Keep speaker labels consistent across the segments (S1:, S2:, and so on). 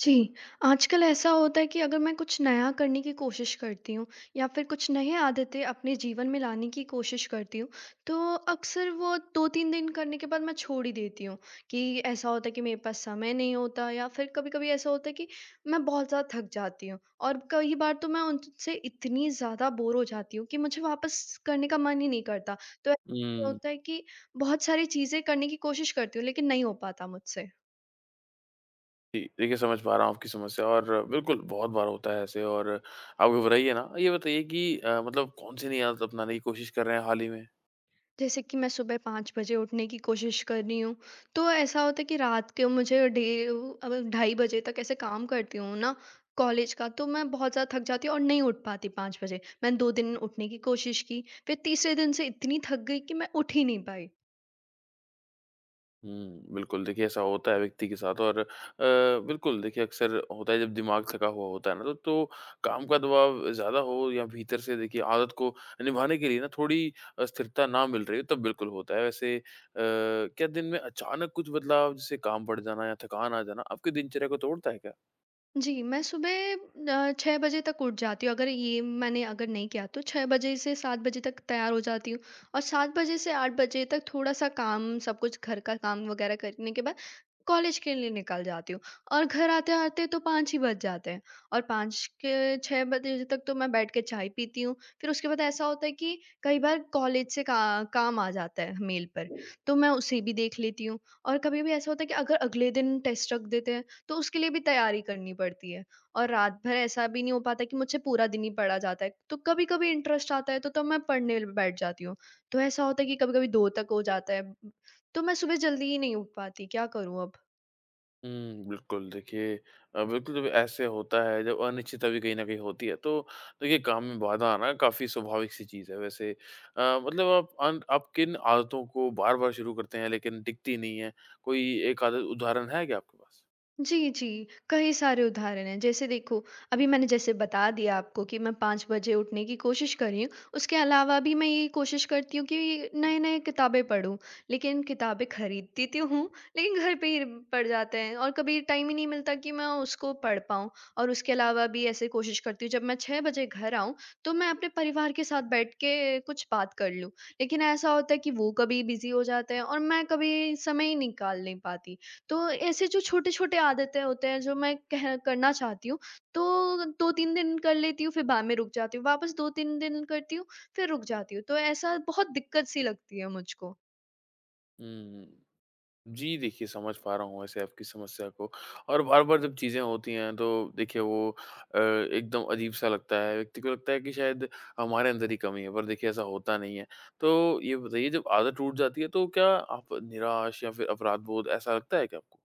S1: जी, आजकल ऐसा होता है कि अगर मैं कुछ नया करने की कोशिश करती हूँ या फिर कुछ नए आदतें अपने जीवन में लाने की कोशिश करती हूँ, तो अक्सर वो 2-3 दिन करने के बाद मैं छोड़ ही देती हूँ कि ऐसा होता है कि मेरे पास समय नहीं होता, या फिर कभी-कभी ऐसा होता है कि मैं बहुत ज़्यादा थक जाती हूँ और कई बार तो मैं उनसे इतनी ज़्यादा बोर हो जाती हूँ कि मुझे वापस करने का मन ही नहीं करता। तो ऐसा
S2: हुँ।
S1: होता है कि बहुत सारी चीज़ें करने की कोशिश करती हूँ, लेकिन नहीं हो पाता मुझसे।
S2: जी, देखिए समझ पा रहा हूँ आपकी समस्या और बिल्कुल बहुत बार होता है ऐसे और आप घबराइए ना। ये बताइए कि मतलब कौन-सी नई आदत अपनाने की कोशिश कर रहे हैं हाल ही में?
S1: जैसे कि मैं सुबह 5 बजे उठने की कोशिश कर रही हूँ, तो ऐसा होता है कि रात के मुझे डे अब 2:30 बजे तक ऐसे काम करती हूँ ना कॉलेज का, तो मैं बहुत ज़्यादा थक जाती हूँ और नहीं उठ पाती 5 बजे। मैंने 2 दिन उठने की कोशिश की, फिर तीसरे दिन से इतनी थक गई कि मैं उठ ही नहीं पाई।
S2: बिल्कुल देखिए ऐसा होता है व्यक्ति के साथ और बिल्कुल देखिए अक्सर होता है जब दिमाग थका हुआ होता है ना तो काम का दबाव ज़्यादा हो या भीतर से देखिए आदत को निभाने के लिए ना थोड़ी स्थिरता ना मिल रही हो तब बिल्कुल होता है। वैसे क्या दिन में अचानक कुछ बदलाव जैसे काम बढ़ जाना या थकान आ जाना आपकी दिनचर्या को तोड़ता है क्या?
S1: जी, मैं सुबह 6 बजे तक उठ जाती हूँ। अगर ये मैंने अगर नहीं किया तो 6 बजे से 7 बजे तक तैयार हो जाती हूँ, और 7 बजे से 8 बजे तक थोड़ा-सा काम, सब कुछ घर का काम वगैरह करने के बाद कॉलेज के लिए निकल जाती हूँ। और घर आते-आते तो 5 ही बज जाते हैं, और 5 के 6 बजे तक तो मैं बैठ के चाय पीती हूँ। फिर उसके बाद ऐसा होता है कि कई बार कॉलेज से का काम आ जाता है मेल पर, तो मैं उसे भी देख लेती हूँ। और कभी-कभी ऐसा होता है कि अगर अगले दिन टेस्ट रख देते हैं, तो उसके लिए भी तैयारी करनी पड़ती है, और रात भर ऐसा भी नहीं हो पाता कि मुझसे पूरा दिन ही पढ़ा जाता है, तो कभी कभी इंटरेस्ट आता है तो तब मैं पढ़ने बैठ जाती हूँ। तो ऐसा होता है कि कभी कभी दो तक हो जाता है, तो मैं सुबह जल्दी ही नहीं उठ पाती। क्या करूँ अब?
S2: बिल्कुल देखिए बिल्कुल जब ऐसे होता है जब अनिश्चितता भी कहीं न कहीं होती है तो देखिए काम में बाधा आना काफ़ी स्वाभाविक सी चीज़ है वैसे। मतलब आप अन आप किन आदतों को बार-बार शुरू करते हैं लेकिन टिकती नहीं है? कोई एक आदत उदाहरण है क्या आपके पास?
S1: जी, जी। कई सारे उदाहरण हैं। जैसे देखो, अभी मैंने जैसे बता दिया आपको कि मैं 5 बजे उठने की कोशिश कर रही हूँ। उसके अलावा भी मैं ये कोशिश करती हूँ कि नए-नए किताबें पढूँ। लेकिन किताबें खरीदती तो हूँ, लेकिन घर पे ही पड़ जाते हैं, और कभी टाइम ही नहीं मिलता कि मैं उसको पढ़ पाऊँ। और उसके अलावा भी ऐसे कोशिश करती हूँ जब मैं 6 बजे घर आऊँ, तो मैं अपने परिवार के साथ बैठ के कुछ बात कर लूँ। लेकिन ऐसा होता है कि वो कभी बिज़ी हो जाते हैं और मैं कभी समय ही निकाल नहीं पाती। तो ऐसे जो छोटे-छोटे आदतें होते हैं जो मैं कह करना चाहती हूँ, तो 2-3 दिन कर लेती हूँ, फिर बाद में रुक जाती हूँ, वापस 2-3 दिन करती हूँ, फिर रुक जाती हूँ। तो ऐसा बहुत दिक्कत सी लगती है मुझको।
S2: हुँ, हुँ। जी, देखिए समझ पा रहा हूँ वैसे आपकी समस्या को और बार-बार जब चीज़ें होती हैं तो देखिए वो एकदम अजीब-सा लगता है, व्यक्ति को लगता है कि शायद हमारे अंदर ही कमी है, पर देखिए ऐसा होता नहीं है। तो ये बताइए जब आदत टूट जाती है तो क्या आप निराश या फिर अपराध बोध ऐसा लगता है क्या आपको?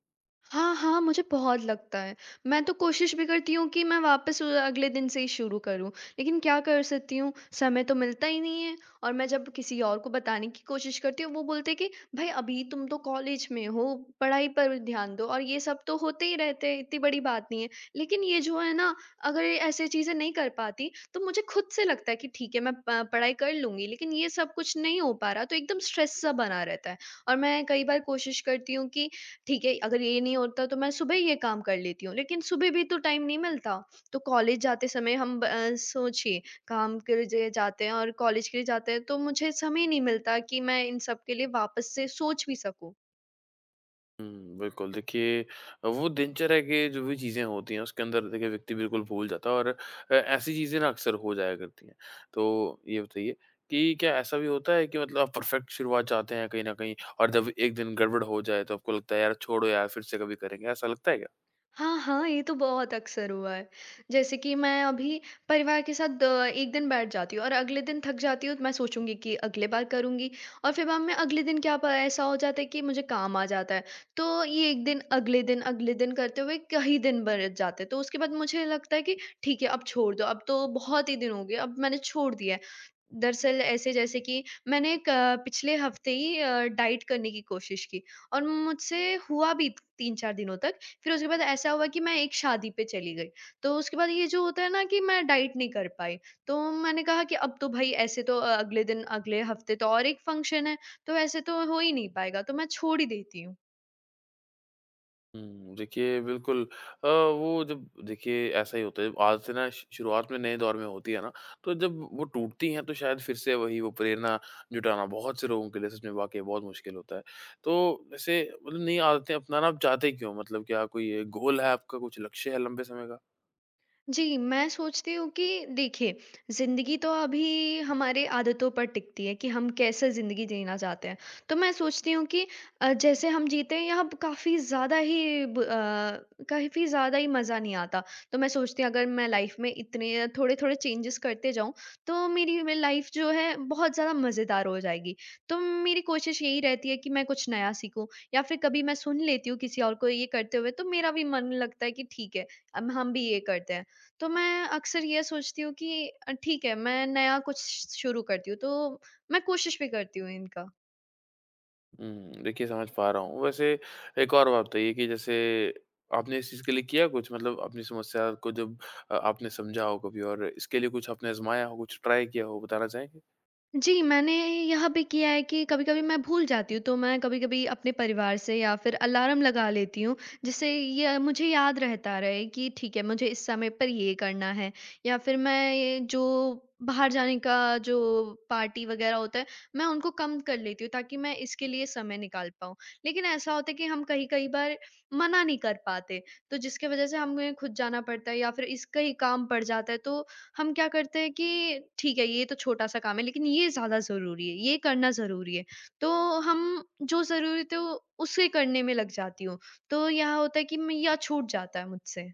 S1: हाँ, हाँ, मुझे बहुत लगता है। मैं तो कोशिश भी करती हूँ कि मैं वापस अगले दिन से ही शुरू करूँ, लेकिन क्या कर सकती हूँ, समय तो मिलता ही नहीं है। और मैं जब किसी और को बताने की कोशिश करती हूँ, वो बोलते हैं कि, "भई, अभी तुम तो कॉलेज में हो, पढ़ाई पर ध्यान दो और ये सब तो होते ही रहते हैं, इतनी बड़ी बात नहीं है।" लेकिन ये जो है ना, अगर ये ऐसी चीज़ें नहीं कर पाती, तो मुझे खुद से लगता है कि ठीक है, मैं प पढ़ाई कर लूँगी, लेकिन ये सब कुछ नहीं हो पा रहा, तो एकदम स्ट्रेस सा बना रहता है। और मैं कई बार कोशिश करती हूँ कि ठीक है, अगर ये नहीं होता तो मैं सुबह ही ये काम कर लेती हूँ, लेकिन सुबह भी तो टाइम नहीं मिलता। तो कॉलेज जाते समय हम सोचिए, काम के लिए जाते हैं और कॉलेज के लिए जाते हैं, तो मुझे समय नहीं मिलता कि मैं इन सब के लिए वापस से सोच भी सकूँ।
S2: बिल्कुल देखिए वो दिनचर्या के जो भी चीज़ें होती हैं उसके अंदर देखिए व्यक्ति बिल्कुल भूल जाता है और ऐसी चीज़ें ना अक्सर हो जाया करती हैं। तो ये बताइए कि क्या ऐसा भी होता है कि मतलब आप परफेक्ट शुरुआत चाहते हैं कहीं न कहीं और जब एक दिन गड़बड़ हो जाए तो आपको लगता है यार छोड़ो यार फिर से कभी करेंगे, ऐसा लगता है क्या?
S1: हाँ, हाँ, ये तो बहुत अक्सर हुआ है। जैसे कि मैं अभी परिवार के साथ एक दिन बैठ जाती हूँ और अगले दिन थक जाती हूँ तो मैं सोचूँगी कि अगले बार करूँगी, और फिर बाद में अगले दिन क्या प ऐसा हो जाता है कि मुझे काम आ जाता है। तो ये एक दिन, अगले दिन, अगले दिन करते हुए कई दिन बरत जाते हैं। तो उसके बाद मुझे लगता है कि ठीक है, अब छोड़ दो, अब तो बहुत ही दिन हो गए, अब मैंने छोड़ दिया है। दरअसल ऐसे जैसे कि मैंने क पिछले हफ्ते ही डाइट करने की कोशिश की, और मुझसे हुआ भी 3-4 दिनों तक। फिर उसके बाद ऐसा हुआ कि मैं एक शादी पे चली गई, तो उसके बाद ये जो होता है ना कि मैं डाइट नहीं कर पाई, तो मैंने कहा कि अब तो भई ऐसे तो अगले दिन अगले हफ्ते तो और एक फंक्शन है, तो ऐसे तो हो ही नहीं पाएगा, तो मैं छोड़ ही देती हूँ।
S2: देखिए बिल्कुल वो जब देखिए ऐसा ही होता है, जब आदतें ना श शुरुआत में नए दौर में होती है ना, तो जब वो टूटती हैं तो शायद फिर से वही वो प्रेरणा जुटाना बहुत से लोगों के लिए सच में वाक़ई बहुत मुश्किल होता है। तो वैसे मतलब नई आदतें अपनाना आप चाहते क्यों हो? मतलब क्या कोई ये गोल है आपका, कुछ लक्ष्य है लंबे समय का?
S1: जी, मैं सोचती हूँ कि देखिए, ज़िंदगी तो अभी हमारे आदतों पर टिकती है कि हम कैसे ज़िंदगी जीना चाहते हैं। तो मैं सोचती हूँ कि जैसे हम जीते हैं, यहाँ काफ़ी ज़्यादा ही काफ़ी ज़्यादा ही मज़ा नहीं आता। तो मैं सोचती हूँ अगर मैं लाइफ़ में इतने थोड़े-थोड़े चेंजेज़ करते जाऊँ, तो मेरी में लाइफ़ जो है बहुत ज़्यादा मज़ेदार हो जाएगी। तो मेरी कोशिश यही रहती है कि मैं कुछ नया सीखूँ या फिर कभी मैं सुन लेती हूँ किसी और को ये करते हुए, तो मेरा भी मन लगता है कि ठीक है, अब हम भी ये करते हैं। तो मैं अक्सर ये सोचती हूँ कि ठीक है, मैं नया कुछ शुरू करती हूँ, तो मैं कोशिश भी करती हूँ इनका।
S2: देखिए समझ पा रहा हूँ। वैसे एक और बात बताइए कि जैसे आपने इस चीज़ के लिए किया कुछ मतलब अपनी समस्या को जब आपने समझा हो कभी और इसके लिए कुछ आपने आज़माया हो, कुछ ट्राई किया हो, बताना चाहेंगे?
S1: जी, मैंने यह भी किया है कि कभी-कभी मैं भूल जाती हूँ, तो मैं कभी-कभी अपने परिवार से या फिर अलार्म लगा लेती हूँ, जिससे ये मुझे याद रहता रहे कि ठीक है, मुझे इस समय पर ये करना है। या फिर मैं ये जो बाहर जाने का जो पार्टी वग़ैरह होता है, मैं उनको कम कर लेती हूँ, ताकि मैं इसके लिए समय निकाल पाऊँ। लेकिन ऐसा होता है कि हम कहीं-कहीं बार मना नहीं कर पाते, तो जिसकी वज़ह से हमें खुद जाना पड़ता है या फिर इसका ही काम पड़ जाता है, तो हम क्या करते हैं कि ठीक है, ये तो छोटा-सा काम है, लेकिन ये ज़्यादा ज़रूरी है, ये करना ज़रूरी है। तो हम जो ज़रूरी थे उसे करने में लग जाती हूँ। तो यहाँ होता है कि मैं या छूट जाता है मुझसे।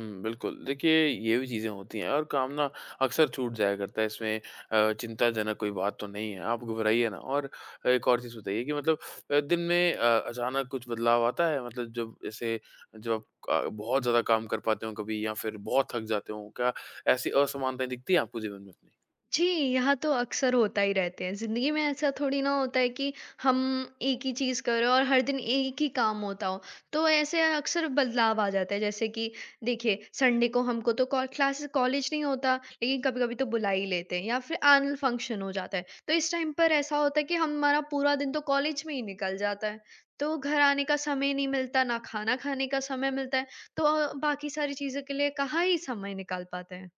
S2: हुँ, बिल्कुल। देखिए, ये भी चीज़ें होती हैं और काम ना अक्सर छूट जाया करता है इसमें चिंताजनक कोई बात तो नहीं है, आप घबराइए ना और एक और चीज़ बताइए कि मतलब दिन में अचानक कुछ बदलाव आता है? मतलब जब ऐसे जब आप क बहुत ज़्यादा काम कर पाते हो कभी या फिर बहुत थक जाते हो, क्या ऐसी असमानताएँ दिखती हैं आपको जीवन में अपने?
S1: जी, यहाँ तो अक्सर होता ही रहते हैं। ज़िंदगी में ऐसा थोड़ी ना होता है कि हम एक ही चीज़ कर रहे हो और हर दिन एक ही काम होता हो। तो ऐसे अक्सर बदलाव आ जाता है, जैसे कि देखिए संडे को हमको तो कॉ क्लासेस कॉलेज नहीं होता, लेकिन कभी-कभी तो बुला ही लेते हैं या फिर एनुअल फंक्शन हो जाता है। तो इस टाइम पर ऐसा होता है कि हमारा पूरा दिन तो कॉलेज में ही निकल जाता है। तो घर आने का समय नहीं मिलता, ना खाना खाने का समय मिलता है, तो बाकी सारी चीज़ों के लिए कहाँ ही समय निकाल पाते हैं।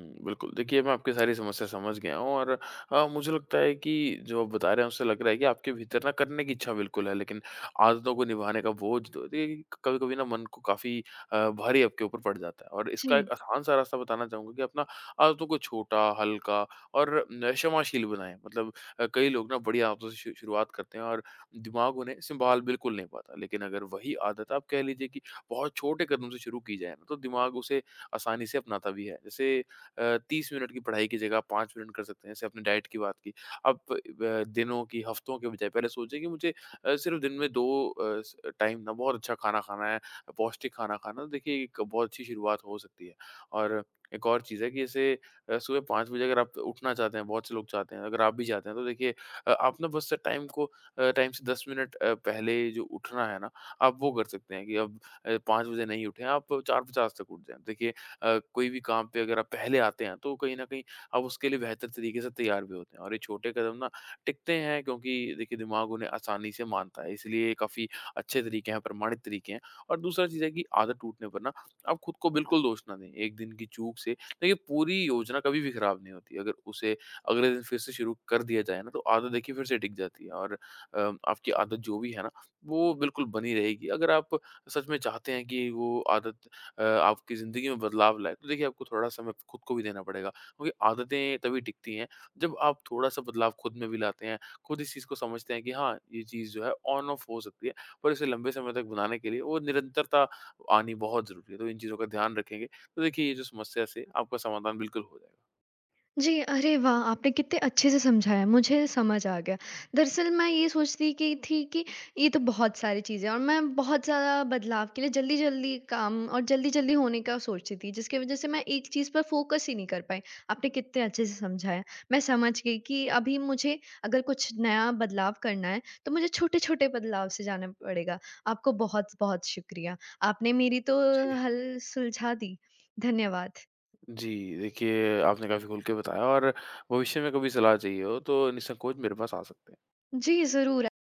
S2: हुँ, बिल्कुल। देखिए, मैं आपकी सारी समस्या समझ गया हूँ और मुझे लगता है कि जो आप बता रहे हैं, उससे लग रहा है कि आपके भीतर ना करने की इच्छा बिल्कुल है, लेकिन आदतों को निभाने का बोझ तो देखिए, कभी-कभी ना मन को काफ़ी भारी आपके ऊपर पड़ जाता है और इसका एक
S1: जी।
S2: आसान-सा रास्ता बताना चाहूँगा कि अपना आदतों को छोटा, हल्का और न क्षमाशील बनाएँ। मतलब कई लोग ना बड़ी आदतों से शु शुरुआत करते हैं और दिमाग उन्हें सँभाल बिल्कुल नहीं पाता, लेकिन अगर वही आदत आप कह लीजिए कि बहुत छोटे कदम से शुरू की जाए ना, तो दिमाग उसे आसानी से अपनाता भी है। जैसे 30 मिनट की पढ़ाई की जगह 5 मिनट कर सकते हैं। जैसे आपने डाइट की बात की, अब ब दिनों की, हफ्तों के बजाय पहले सोचें कि मुझे सिर्फ़ दिन में 2 अ, स टाइम ना बहुत अच्छा खाना खाना है, पौष्टिक खाना खाना है। देखिए, एक बहुत अच्छी शुरुआत हो सकती है और एक और चीज़ है कि जैसे सुबह 5 बजे अगर आप उठना चाहते हैं, बहुत से लोग चाहते हैं, अगर आप भी चाहते हैं, तो देखिए आप ना बस टाइम को टाइम से 10 मिनट पहले जो उठना है ना, आप वो कर सकते हैं कि अब 5 बजे नहीं उठें, आप 4:50 तक उठ जाएँ। देखिए कोई भी काम पे अगर आप पहले आते हैं तो कहीं न कहीं आप उसके लिए बेहतर तरीके से तैयार भी होते हैं और ये छोटे कदम ना टिकते हैं क्योंकि देखिए दिमाग उन्हें आसानी से मानता है, इसलिए ये काफ़ी अच्छे तरीके हैं, प्रमाणित तरीके हैं। और दूसरा चीज़ है कि आदत टूटने पर ना आप खुद को बिल्कुल दोष ना दें, एक दिन की चूक से देखिए पूरी योजना कभी भी खराब नहीं होती। अगर उसे अगले दिन फिर से शुरू कर दिया जाए ना तो आदत देखिए फिर से टिक जाती है और अ, आपकी आदत जो भी है ना, वो बिल्कुल बनी रहेगी। अगर आप सच में चाहते हैं कि वो आदत आपकी ज़िंदगी में बदलाव लाए, तो देखिए आपको थोड़ा समय खुद को भी देना पड़ेगा। क्योंकि आदतें तभी टिकती हैं जब आप थोड़ा-सा बदलाव खुद में भी लाते हैं, खुद इस चीज़ को समझते हैं कि हाँ, ये चीज़ जो है ऑन ऑफ हो सकती है, पर इसे लंबे समय तक बनाने के लिए वो निरंतरता आनी बहुत ज़रूरी है। तो इन चीज़ों का ध्यान रखेंगे, तो देखिए ये जो समस्या से आपका समाधान बिल्कुल हो जाएगा।
S1: जी, अरे वाह! आपने कितने अच्छे से समझाया, मुझे समझ आ गया। दरअसल मैं ये सोचती कि थी कि ये तो बहुत सारी चीज़ें हैं और मैं बहुत ज़्यादा बदलाव के लिए जल्दी-जल्दी काम और जल्दी-जल्दी होने का सोचती थी, जिसकी वज़ह से मैं एक चीज़ पर फ़ोकस ही नहीं कर पाई। आपने कितने अच्छे से समझाया, मैं समझ गई कि अभी मुझे अगर कुछ नया बदलाव करना है, तो मुझे छोटे-छोटे बदलाव से जाना पड़ेगा। आपको बहुत-बहुत शुक्रिया, आपने मेरी तो
S2: जी।
S1: हल सुलझा दी। धन्यवाद।
S2: जी, देखिए आपने काफ़ी खुल के बताया और भविष्य में कभी सलाह चाहिए हो तो निसंकोच मेरे पास आ सकते हैं।
S1: जी, ज़रूर।